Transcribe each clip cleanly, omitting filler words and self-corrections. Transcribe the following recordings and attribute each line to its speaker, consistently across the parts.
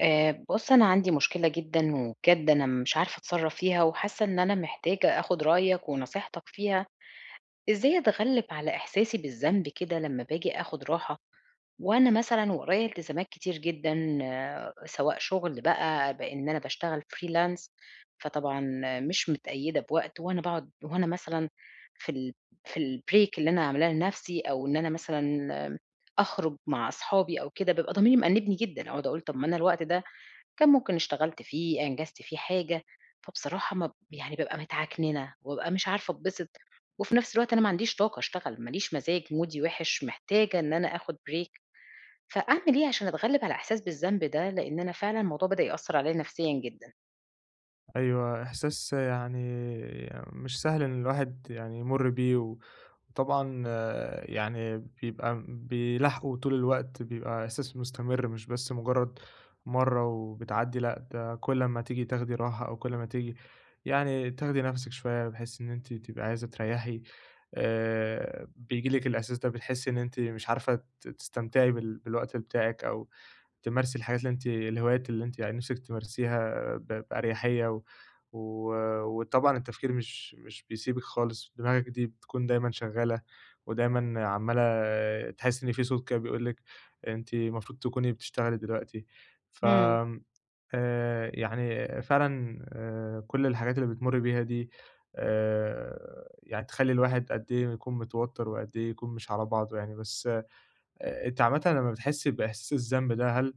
Speaker 1: بُص، أنا عندي مشكلة جدًا وبجد أنا مش عارفة أتصرّف فيها وحاسة إن أنا محتاجة آخُد رأيك ونصيحتك فيها، إزاي أتغلِّب على إحساسي بالذنب كده لمّا باجي آخُد راحة وأنا مثلًا ورايا التزامات كتير جدًا آه، سواء شُغل بقى بإن أنا باشتغل freelance فطبعًا آه، مش متقيّدة بوقت وأنا باقعُد وأنا مثلًا في ال في الbreak اللي أنا عاملاه لنَفْسي أو إن أنا مثلًا آه، أخرُج مع أصحابي أو كده، بابقى ضميري مأنِّبني جدًا، أقعُد أقول طَب ما أنا الوقت ده كان ممكن اشتغلت فيه، أنجزت فيه حاجة، فبصراحة ما ب يعني بابقى متعكننة، وبابقى مش عارفة أتبسط، وفي نفس الوقت أنا ما عنديش طاقة أشتغل، ما ليش مزاج، مودي وِحِش، محتاجة إن أنا آخد break، فأعمل إيه عشان أتغلب على إحساس بالذنب ده؟ لإن أنا فعلًا الموضوع بدأ يأثّر عليَّ نفسيًا جدًا.
Speaker 2: أيوه، إحساس يعني مش سهل إن الواحد يعني يمُر بيه، وطبعًا يعني بيبقى بيلاحقه طول الوقت، بيبقى إحساس مستمر مش بس مجرد مرّة وبتعدّي. لأ، ده كل أمّا تيجي تاخدي راحة أو كل أمّا تيجي يعني تاخدي نَفْسِك شوية بحيث إن أنتِ تبقي عايزة تريّحي، بييجي لِك الإحساس ده، بتحسّي إن أنتِ مش عارفة تستمتعي بالوقت بتاعِك أو تمارسي الحاجات اللي أنتِ الهوايات اللي أنتِ يعني نِفْسِك تمارسيها بأريحية و و وطبعًا التفكير مش بيسيبِك خالص، دماغِك دي بتكون دايمًا شغّالة ودايمًا عمّالة تحسّي إن في صوت كده بيقول لِك أنتِ المفروض تكوني بتشتغلي دلوقتي.
Speaker 1: إمم.
Speaker 2: فآمم يعني فعلًا كل الحاجات اللي بتمُرّي بيها دي يعني تخلّي الواحد قد إيه يكون متوتّر وقد إيه يكون مش على بعضه يعني، بس أنتِ عامةً لمّا بتحسّي بإحساس الذنب ده، هل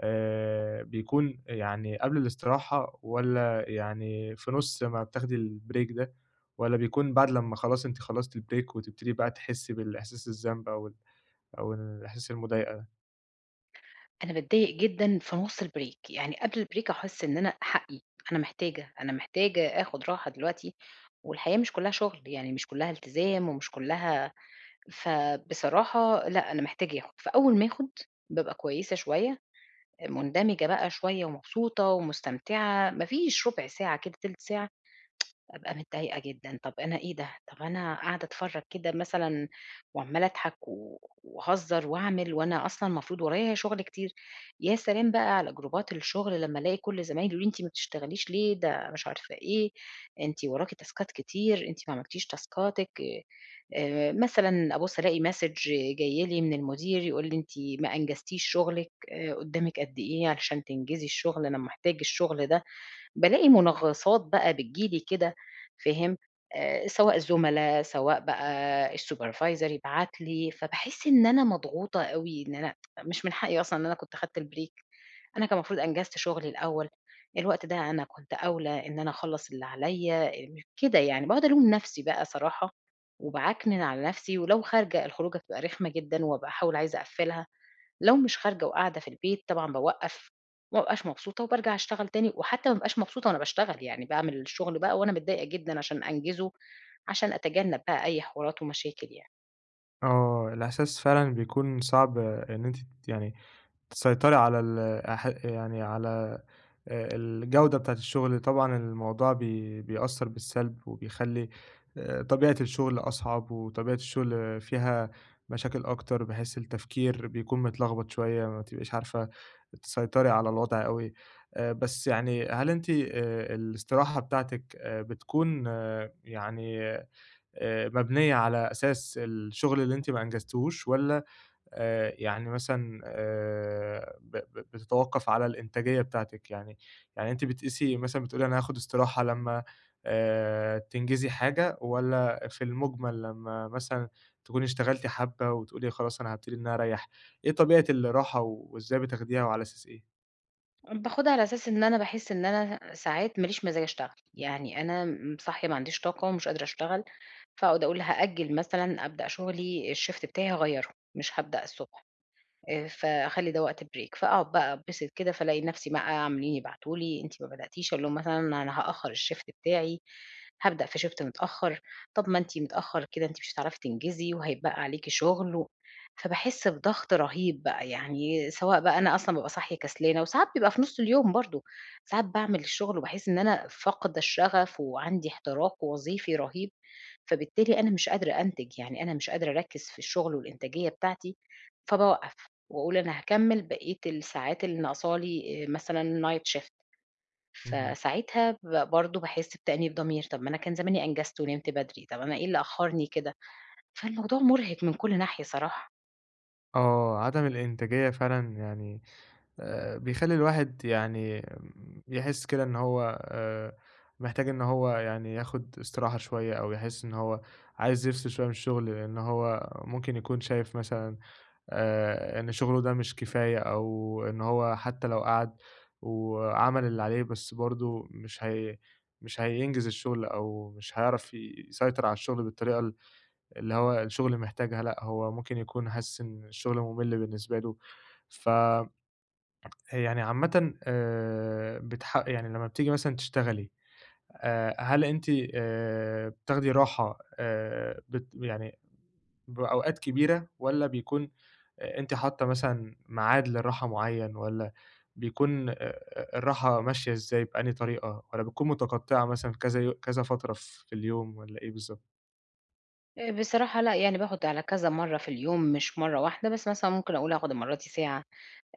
Speaker 2: بيكون يعني قبل الاستراحة والّا يعني في نُص ما بتاخدي الbreak ده، والّا بيكون بعد لمّا خلاص أنتِ خلصتِ الbreak وتبتدي بقى تحسّي بالإحساس الذنب أو الإحساس المضايقة ده؟
Speaker 1: أنا باتضايق جدًا في نُص الbreak، يعني قبل الbreak أحس إن أنا حقي، أنا محتاجة، أنا محتاجة آخد راحة دلوقتي، والحياة مش كلّها شغل، يعني مش كلّها التزام ومش كلّها فبصراحة لأ، أنا محتاجة آخُد، فأول ما آخُد بابقى كويسة شوية، مندمجة بقى شوية ومبسوطة ومستمتعة، ما فيش رُبع ساعة كده، تِلت ساعة أبقى متضايقة جدًا، طَب أنا إيه ده؟ طَب أنا قاعدة أتفرّج كده مثلًا وعمّالة أضحك وأهزّر وأعمل وأنا أصلًا المفروض ورايا شُغل كتير، يا سلام بقى على جروبات الشُغل لمّا ألاقي كل زمايلي يقولوا لي: "أنتِ ما بتشتغليش ليه؟ ده مش عارفة إيه، أنتِ وراكِ تاسكات كتير، أنتِ ما عملتيش تاسكاتِك." مثلًا أبُص ألاقي message جاي لي من المدير يقول لي: "أنتِ ما أنجزتيش شُغلِك، قُدّامِك قد إيه علشان تنجزي الشُغل، أنا محتاج الشُغل ده." بالاقي منغّصات بقى بتيجي لي كده فاهم، سواء الزُملا، سواء بقى الsupervisor يبعت لي، فباحس إن أنا مضغوطة أوي، إن أنا مش من حقي أصلًا إن أنا كنت خدت الbreak، أنا كان المفروض أنجزت شغلي الأول، الوقت ده أنا كنت أولى إن أنا أخلّص اللي عليّا، م كده يعني، باقعد ألوم نَفْسي بقى صراحة وباعكنن على نَفْسي ولو خارجة، الخروجة بتبقى رخمة جدًا وباحاول عايزة أقفّلها. لو مش خارجة وقاعدة في البيت طبعًا باوقّف، ما بابقاش مبسوطة وبارجع أشتغل تاني، وحتى ما بابقاش مبسوطة وأنا باشتغل، يعني باعمل الشغل بقى وأنا متضايقة جدًا عشان أنجزه، عشان أتجنب بقى أي حوارات ومشاكل يعني.
Speaker 2: آه، الإحساس فعلًا بيكون صعب، إن أنتِ يعني تسيطري على ال أح يعني على الجودة بتاعة الشغل. طبعًا الموضوع بيأثّر بالسلب وبيخلّي طبيعة الشغل أصعب، وطبيعة الشغل فيها مشاكل أكتر، بحيث التفكير بيكون متلخبط شوية، ما بتبقيش عارفة تسيطري على الوضع أوي. بس يعني هل أنتِ الاستراحة بتاعتِك بتكون يعني مبنية على أساس الشغل اللي أنتِ ما أنجزتيهوش، والّا يعني مثلًا ب ب بتتوقف على الإنتاجية بتاعتِك؟ يعني أنتِ بتقيسي مثلًا بتقولي أنا هاخد استراحة لمّا تنجزي حاجة، والّا في المجمل لمّا مثلًا تكوني اشتغلتِ حبة وتقولي خلاص أنا هابتدي إن أنا أريّح. إيه طبيعة الراحة وإزاي بتاخديها وعلى أساس إيه؟
Speaker 1: باخدها على أساس إن أنا باحس إن أنا ساعات ما ليش مزاج أشتغل، يعني أنا م صاحية ما عنديش طاقة ومش قادرة أشتغل، فاقعد أقول هأجّل مثلًا أبدأ شغلي الشيفت بتاعي هاغيّره، مش هابدأ الصبح. فاخلّي ده وقت break، فاقعد بقى أتبسط كده، فالاقي نفسي بقى عمالين يبعتوا لي أنتِ ما بدأتيش، أقول لهم مثلًا أنا هأخّر الshift بتاعي، هابدأ في shift متأخّر، طَب ما أنتِ متأخّر كده أنتِ مش هتعرفي تنجزي وهيتبقى عليكِ شغل و فباحس بضغط رهيب بقى، يعني سواء بقى أنا أصلًا بابقى صاحية كسلانة وساعات بيبقى في نُص اليوم برضه، ساعات باعمل الشغل وباحس إن أنا فاقدة الشغف وعندي احتراق وظيفي رهيب، فبالتالي أنا مش قادرة أنتج، يعني أنا مش قادرة أركّز في الشغل والإنتاجية بتاعتي، فباوقّف. وأقول أنا هاكمّل بقية الساعات اللي ناقصة لي مثلًا night shift،
Speaker 2: اهم.
Speaker 1: فساعتها برضه باحس بتأنيب ضمير، طَب ما أنا كان زماني أنجزت ونمت بدري، طَب أنا إيه اللي أخّرني كده؟ فالموضوع مُرهق من كل ناحية صراحة.
Speaker 2: آه، عدم الإنتاجية فعلًا يعني بيخلّي الواحد يعني يحس كده إن هو محتاج إن هو يعني ياخُد استراحة شوية، أو يحس إن هو عايز يفصل شوية من الشغل، لإن هو ممكن يكون شايف مثلًا إن شغله ده مش كفاية، أو إن هو حتّى لو قعد وعمل اللي عليه بس برضه مش هينجز الشغل، أو مش هيعرف يسيطر على الشغل بالطريقة اللي هو الشغل محتاجها. لأ، هو ممكن يكون حاسس إن الشغل مُمِل بالنسبة له ف هي يعني عامةً بتح يعني لمّا بتيجي مثلًا تشتغلي هل أنتِ بتاخدي راحة بت يعني بأوقات كبيرة، والّا بيكون أنتِ حاطة مثلًا ميعاد للراحة معيّن، والّا بيكون الراحة ماشية إزاي، بأنهي طريقة، والّا بتكون متقطّعة مثلًا في كذا فترة في اليوم، والّا إيه بالضبط؟
Speaker 1: بصراحة لأ، يعني باخُد على كذا مرّة في اليوم مش مرّة واحدة، بس مثلًا ممكن أقول هاخُد المرّة دي ساعة،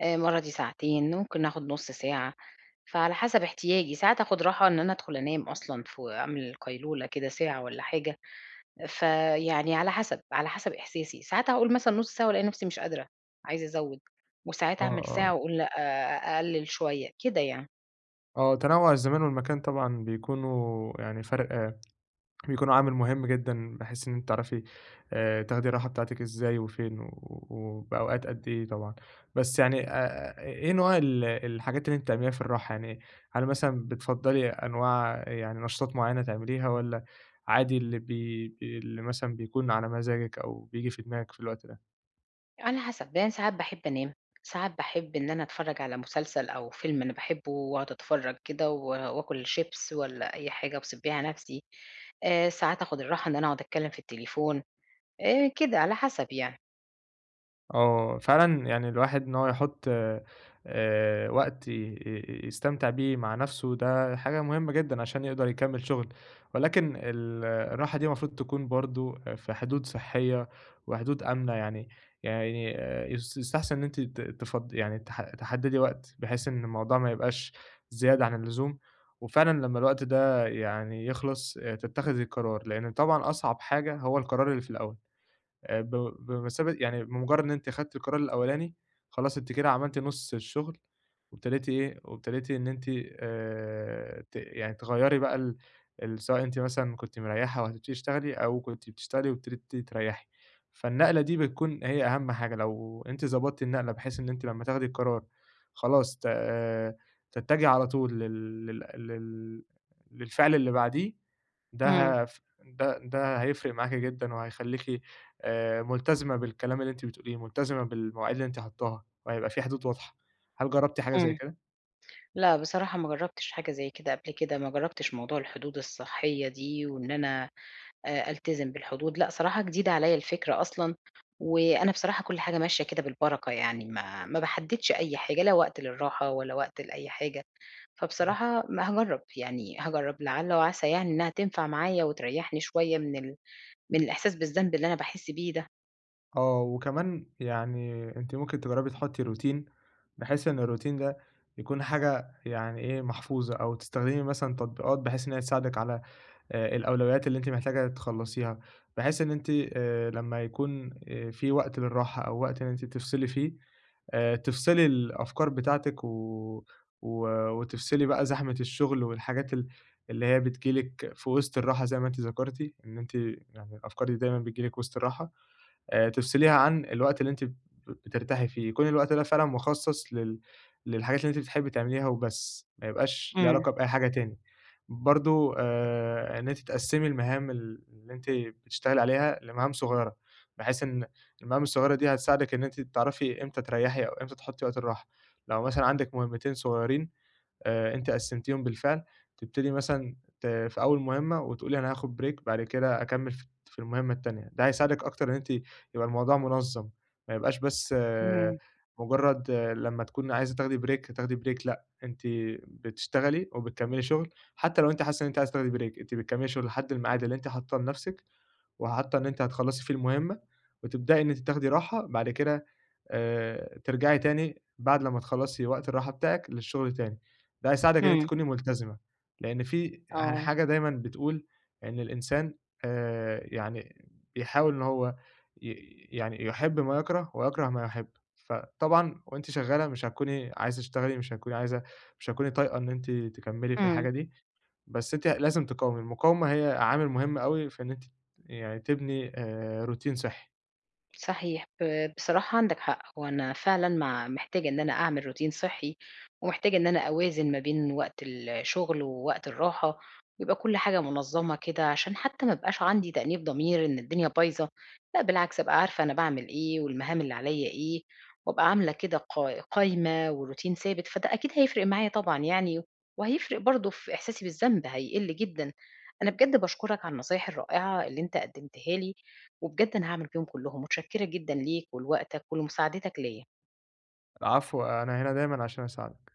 Speaker 1: المرّة دي ساعتين، ممكن آخُد نُص ساعة، فعلى حسب احتياجي، ساعات آخُد راحة إن أنا أدخُل أنام أصلًا ف أعمل قيلولة كده ساعة والّا حاجة. فيعني على حسب، على حسب إحساسي، ساعات هاقول مثلًا نُص ساعة وألاقي نفسي مش قادرة، عايزة أزوّد، وساعات
Speaker 2: آه،
Speaker 1: أعمل
Speaker 2: آه،
Speaker 1: ساعة وأقول لأ أقلل شوية، كده يعني،
Speaker 2: آه، تنوّع الزمان والمكان طبعًا بيكونوا يعني فرق بيكون عامل مهم جدًا، بحيث إن أنتِ تعرفي تاخدي الراحة بتاعتك إزاي وفين وبأوقات قد إيه طبعًا. بس يعني إيه نوع الحاجات اللي أنتِ بتعمليها في الراحة؟ يعني هل مثلًا بتفضّلي أنواع يعني نشاطات معيّنة تعمليها، والّا عادي اللي بي بي اللي مثلًا بيكون على مزاجِك أو بييجي في دماغِك في الوقت ده؟
Speaker 1: على حسب، يعني ساعات باحب أنام، ساعات باحب إن أنا أتفرّج على مسلسل أو فيلم أنا باحبه وأقعد أتفرّج كده وآكل شيبس والّا أي حاجة وأبسط بيها نفسي، ساعات آخد الراحة إن أنا أقعد أتكلم في التليفون، كده على حسب يعني.
Speaker 2: آه، فعلًا يعني الواحد إن هو يحُط وقت ي ي يستمتع بيه مع نَفْسه، ده حاجة مهمة جدًا عشان يقدر يكمّل شُغل، ولكن الراحة دي المفروض تكون برضه في حدود صحّية وحدود آمنة يعني. يعني يس يستحسن إن أنتِ ت تفض يعني تح تحدّدي وقت بحيث إن الموضوع ما يبقاش زيادة عن اللزوم، وفعلًا لمّا الوقت ده يعني يخلص تتّخذي قرار، لإن طبعًا أصعب حاجة هو القرار اللي في الأول. ب بمثابة يعني بمجرد إن أنتِ خدتِ القرار الأولاني، خلاص أنتِ كده عملتِ نُص الشغل، وابتديتِ إيه، وابتديتِ إن أنتِ ت يعني تغيّري بقى ال ال سواء أنتِ مثلًا كنتِ مريّحة وهتبتدي تشتغلي، أو كنتِ بتشتغلي وابتديتِ تريّحي. فالنقلة دي بتكون هي أهم حاجة، لو أنتِ ضبطتِ النقلة بحيث إن أنتِ لمّا تاخدي القرار خلاص، ت آه، تتجهي على طول لل لل لل للفعل اللي بعديه. ده
Speaker 1: إمم،
Speaker 2: هف ده ده هيفرق معاكِ جدًا وهيخلّيكِ ملتزمة بالكلام اللي أنتِ بتقوليه، ملتزمة بالمواعيد اللي أنتِ حاطاها، وهيبقى في حدود واضحة. هل جرّبتِ حاجة زي
Speaker 1: إمم.
Speaker 2: كده؟
Speaker 1: لأ بصراحة ما جرّبتش حاجة زي كده قبل كده، ما جرّبتش موضوع الحدود الصحية دي وإن أنا ألتزم بالحدود، لأ صراحة جديدة عليَّ الفكرة أصلًا، وأنا بصراحة كل حاجة ماشية كده بالبركة يعني ما باحددش أي حاجة، لا وقت للراحة ولا وقت لأي حاجة، فبصراحة ما هاجرّب، يعني هاجرّب لعل وعسى يعني إنها تنفع معايا وتريّحني شوية من الإحساس بالذنب اللي أنا باحس بيه ده.
Speaker 2: آه، وكمان يعني أنتِ ممكن تجرّبي تحطّي روتين، بحيث إن الروتين ده يكون حاجة يعني إيه، محفوظة، أو تستخدمي مثلًا تطبيقات بحيث إن هي تساعدِك على الأولويات اللي أنتِ محتاجة تخلّصيها، بحيث إن أنتِ لمّا يكون في وقت للراحة أو وقت إن أنتِ تفصلي فيه، تفصلي الأفكار بتاعتِك و و وتفصلي بقى زحمة الشغل والحاجات اللي هي بتيجي لِك في وسط الراحة، زي ما أنتِ ذكرتِ، إن أنتِ يعني الأفكار دي دايمًا بتيجي لِك وسط الراحة. تفصليها عن الوقت اللي أنتِ بترتاحي فيه، يكون الوقت ده فعلًا مخصص للحاجات اللي أنتِ بتحبي تعمليها وبس، ما يبقاش ليه
Speaker 1: إمم،
Speaker 2: علاقة بأي حاجة تاني. برضه إن أنتِ تقسّمي المهام اللي أنتِ بتشتغلي عليها لمهام صغيرة، بحيث إن المهام الصغيرة دي هتساعدِك إن أنتِ تعرفي إمتى تريّحي أو إمتى تحُطّي وقت الراحة. لو مثلًا عندِك مهمتين صغيرين أنتِ قسّمتيهم بالفعل، تبتدي مثلًا في أول مهمة وتقولي أنا هاخد break بعد كده أكمّل في المهمة التانية، ده هيساعدِك أكتر إن أنتِ يبقى الموضوع منظّم، ما يبقاش بس
Speaker 1: إمم،
Speaker 2: مجرّد لمّا تكوني عايزة تاخدي break تاخدي break. لأ، أنتِ بتشتغلي وبتكمّلي شغل، حتى لو أنتِ حاسة إن أنتِ عايزة تاخدي break، أنتِ بتكمّلي شغل لحد الميعاد اللي أنتِ حاطاه لنَفْسِك، وحاطة إن أنتِ هتخلّصي فيه المهمة، وتبدئي إن أنتِ تاخدي راحة، بعد كده ترجعي تاني بعد لمّا تخلّصي وقت الراحة بتاعِك للشغل تاني. ده هيساعدِك إن أنتِ
Speaker 1: إمم،
Speaker 2: تكوني ملتزمة، لإن في يعني
Speaker 1: آه،
Speaker 2: حاجة دايمًا بتقول إن الإنسان يعني بيحاول إن هو ي يعني يحب ما يكره ويكره ما يحب، فطبعًا وأنتِ شغّالة مش هتكوني عايزة تشتغلي، مش هتكوني طايقة إن أنتِ تكمّلي في
Speaker 1: إمم.
Speaker 2: الحاجة دي، بس أنتِ لازم تقاومي، المقاومة هي عامل مهم أوي في إن أنتِ يعني تبني روتين صحّي.
Speaker 1: صحيح، بصراحة عندك حق، هو أنا فعلًا مع محتاجة إن أنا أعمل روتين صحّي، ومحتاجة إن أنا أوازن ما بين وقت الشغل ووقت الراحة، ويبقى كل حاجة منظّمة كده، عشان حتى ما يبقاش عندي تأنيب ضمير إن الدنيا بايظة، لأ بالعكس أبقى عارفة أنا باعمل إيه، والمهام اللي عليَّ إيه، وأبقى عاملة كده قايمة وروتين ثابت، فده أكيد هيفرق معايا طبعًا يعني، وهيفرق برضه في إحساسي بالذنب هيقل جدًا. أنا بجد باشكرك على النصايح الرائعة اللي أنت قدمتها لي. وبجد أنا هاعمل فيهم كلّهم، متشكّرة جدًا ليك ولوقتك ولمساعدتك ليّا.
Speaker 2: العفو، أنا هنا دايمًا عشان أساعدِك.